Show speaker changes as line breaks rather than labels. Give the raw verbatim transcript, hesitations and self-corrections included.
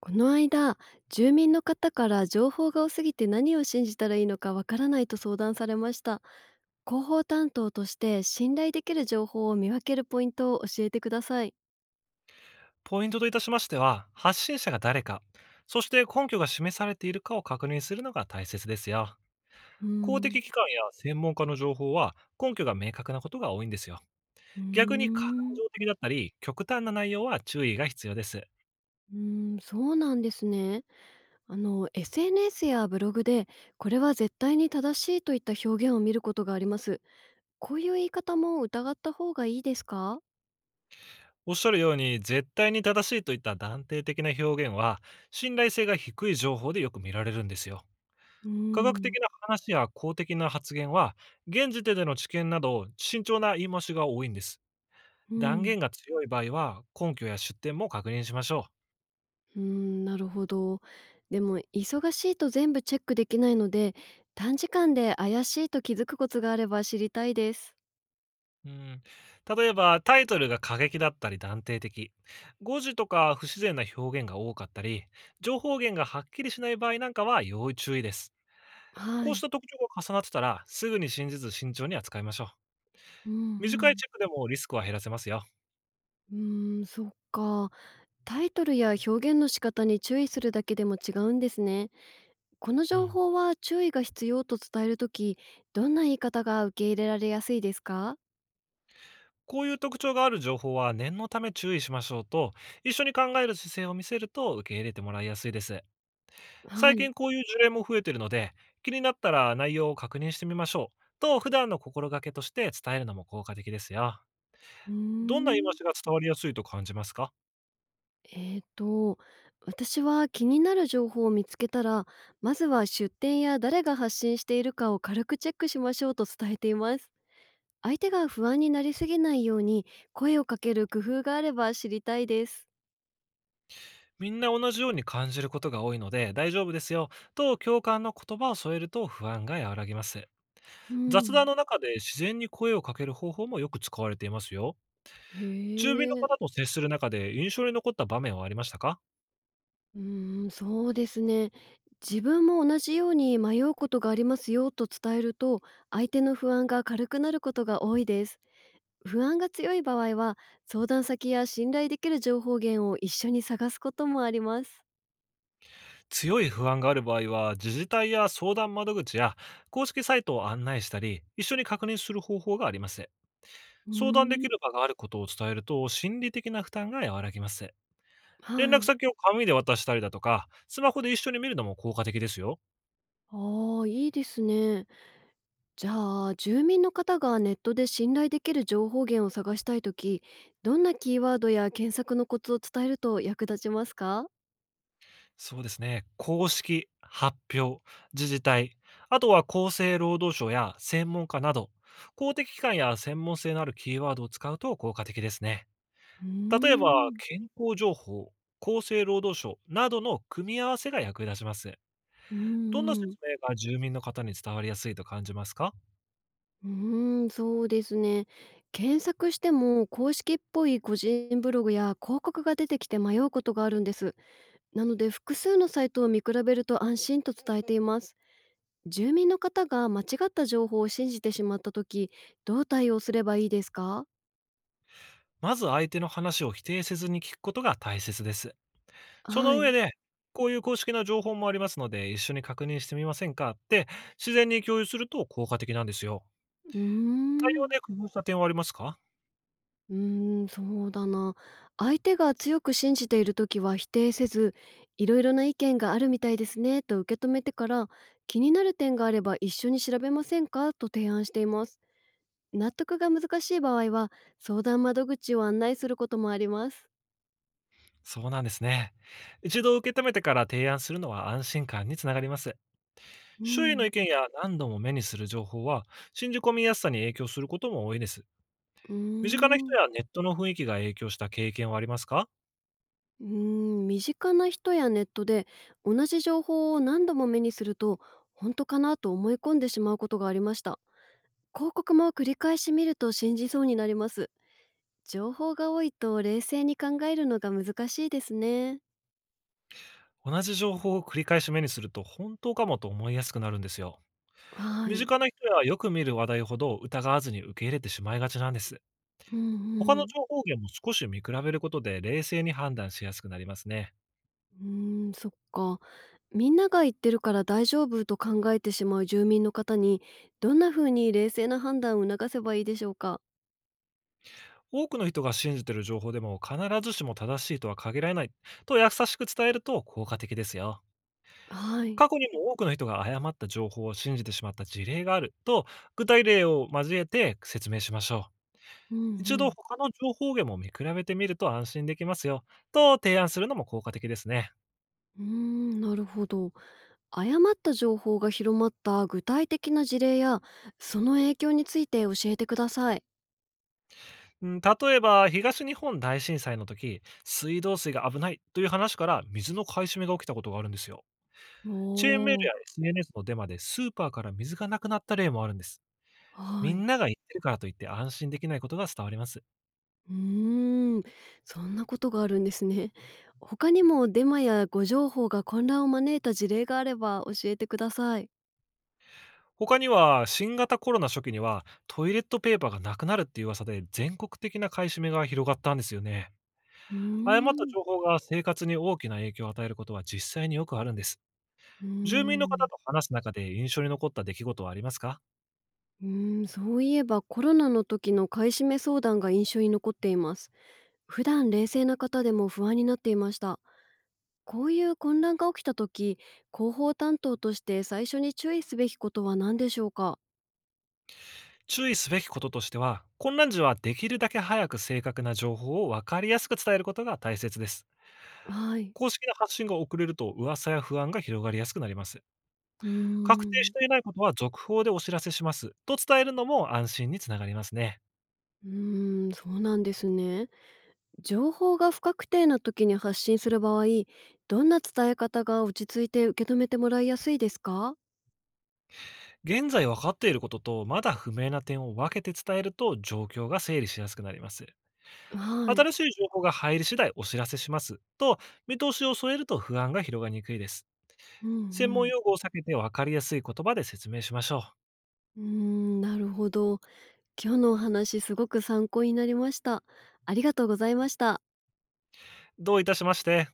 この間、住民の方から情報が多すぎて何を信じたらいいのかわからないと相談されました。広報担当として信頼できる情報を見分けるポイントを教えてください。
ポイントといたしましては、発信者が誰か、そして根拠が示されているかを確認するのが大切ですよ。
うー
公
ん。
的機関や専門家の情報は根拠が明確なことが多いんですよ。
うー
逆に感
ん。
情的だったり、極端な内容は注意が必要です。
うーん、そうなんですね。あの、エスエヌエス やブログで、これは絶対に正しいといった表現を見ることがあります。こういう言い方も疑った方がいいですか？
おっしゃるように、絶対に正しいといった断定的な表現は、信頼性が低い情報でよく見られるんですよ。
うー
科学
ん。
的な話や公的な発言は、現時点での知見など、慎重な言い回しが多いんです。
う
断
ん。
言が強い場合は、根拠や出典も確認しましょう。
うーん、なるほど。でも忙しいと全部チェックできないので、短時間で怪しいと気づくコツがあれば知りたいです。
うん、例えば、タイトルが過激だったり断定的、誤字とか不自然な表現が多かったり、情報源がはっきりしない場合なんかは要注意です。
は
こうし
い。
た特徴が重なってたら、すぐに信じず慎重に扱いましょう。
うんう
短い
ん。
チェックでもリスクは減らせますよ。
うーん、そっか。タイトルや表現の仕方に注意するだけでも違うんですね。この
う
情
ん、
報は注意が必要と伝えるとき、どんな言い方が受け入れられやすいですか？
こういう特徴がある情報は念のため注意しましょうと、一緒に考える姿勢を見せると受け入れてもらいやすいです。
は
最
い。
近こういう事例も増えてるので、気になったら内容を確認してみましょう。と、普段の心がけとして伝えるのも効果的ですよ。
うー
どんな言い回
ん。
しが伝わりやすいと感じますか？
えーと、私は気になる情報を見つけたら、まずは出典や誰が発信しているかを軽くチェックしましょうと伝えています。相手が不安になりすぎないように声をかける工夫があれば知りたいです。
みんな同じように感じることが多いので大丈夫ですよ。と、共感の言葉を添えると不安が和らぎます。
う
雑
ん。
談の中で自然に声をかける方法もよく使われていますよ。
へ
中火の方
え。
と接する中で印象に残った場面はありましたか？
うーん、そうですね。自分も同じように迷うことがありますよと伝えると、相手の不安が軽くなることが多いです。不安が強い場合は相談先や信頼できる情報源を一緒に探すこともあります。
強い不安がある場合は、自治体や相談窓口や公式サイトを案内したり、一緒に確認する方法があります。
うー
相談で
ん。
きる場があることを伝えると、心理的な負担が和らぎます。連
は
絡
い。
先を紙で渡したりだとか、スマホで一緒に見るのも効果的ですよ。
ああ、いいですね。じゃあ、住民の方がネットで信頼できる情報源を探したいとき、どんなキーワードや検索のコツを伝えると役立ちますか？
そうですね。公式、発表、自治体、あとは厚生労働省や専門家など、公的機関や専門性のあるキーワードを使うと効果的ですね。
うー
例えば、
ん。
健康情報、厚生労働省などの組み合わせが役に立ちます。
う
どんな説
ー
明が住民の方に伝わりやすいと感じますか？
んうーん、そうですね。検索しても公式っぽい個人ブログや広告が出てきて迷うことがあるんです。なので複数のサイトを見比べると安心と伝えています。住民の方が間違った情報を信じてしまった時どう対応すればいいですか？
まず相手の話を否定せずに聞くことが大切です。そ
は
の
い。
上
う
で、こういう公式な情報もありますので、一緒に確認してみませんかって自然に共有すると効果的なんですよ。
ー
対応
ん。
で工夫した点はありますか？
うーん、そうだな。相手が強く信じている時は否定せず、いろいろな意見があるみたいですねと受け止めてから、気になる点があれば一緒に調べませんかと提案しています。納得が難しい場合は、相談窓口を案内することもあります。
そうなんですね。一度受け止めてから提案するのは安心感につながります。
う
周囲の
ん。
意見や何度も目にする情報は、信じ込みやすさに影響することも多いです。
うー
身近な人
ん。
やネットの雰囲気が影響した経験はありますか？
うーん、身近な人やネットで同じ情報を何度も目にすると本当かなと思い込んでしまうことがありました。広告も繰り返し見ると信じそうになります。情報が多いと冷静に考えるのが難しいですね。
同じ情報を繰り返し目にすると本当かもと思いやすくなるんですよ。
は
身
い。
近な人やよく見る話題ほど疑わずに受け入れてしまいがちなんです。
うん
他の
うん。
情報源も少し見比べることで冷静に判断しやすくなりますね。
うーん、そっか。みんなが言ってるから大丈夫と考えてしまう住民の方にどんな風に冷静な判断を促せばいいでしょうか。
多くの人が信じている情報でも必ずしも正しいとは限らないと優しく伝えると効果的ですよ。
はい。
過去にも多くの人が誤った情報を信じてしまった事例があると、具体例を交えて説明しましょう。
うんう
一度
ん。
他の情報源も見比べてみると安心できますよ。と提案するのも効果的ですね。
うーん、なるほど。誤った情報が広まった具体的な事例やその影響について教えてください。
うん、例えば、東日本大震災の時、水道水が危ないという話から水の買い占めが起きたことがあるんですよ。チェーンメー
お
ル
ー。
や エスエヌエス のデマでスーパーから水がなくなった例もあるんです。
は
み
い。
んなが言ってるからといって安心できないことが伝わります。
うーん、そんなことがあるんですね。他にもデマや誤情報が混乱を招いた事例があれば教えてください。
他には、新型コロナ初期には、トイレットペーパーがなくなるっていう噂で、全国的な買い占めが広がったんですよね。
うー
誤った
ん。
情報が生活に大きな影響を与えることは実際によくあるんです。
うー
住民の方
ん。
と話す中で印象に残った出来事はありますか？
うーん、そういえばコロナの時の買い占め相談が印象に残っています。普段冷静な方でも不安になっていました。こういう混乱が起きた時、広報担当として最初に注意すべきことは何でしょうか？
注意すべきこととしては、混乱時はできるだけ早く正確な情報を分かりやすく伝えることが大切です。
はい。
公式な発信が遅れると噂や不安が広がりやすくなります。
うー
確定し
ん。
ていないことは続報でお知らせします。と伝えるのも安心につながりますね。
うーん、そうなんですね。情報が不確定な時に発信する場合、どんな伝え方が落ち着いて受け止めてもらいやすいですか？
現在分かっていることと、まだ不明な点を分けて伝えると、状況が整理しやすくなります。
はい。
新しい情報が入り次第お知らせします。と、見通しを添えると不安が広がりにくいです。
うんう
専門
ん。
用語を避けて分かりやすい言葉で説明しましょう。
うーん、なるほど。今日のお話すごく参考になりました。ありがとうございました。
どういたしまして。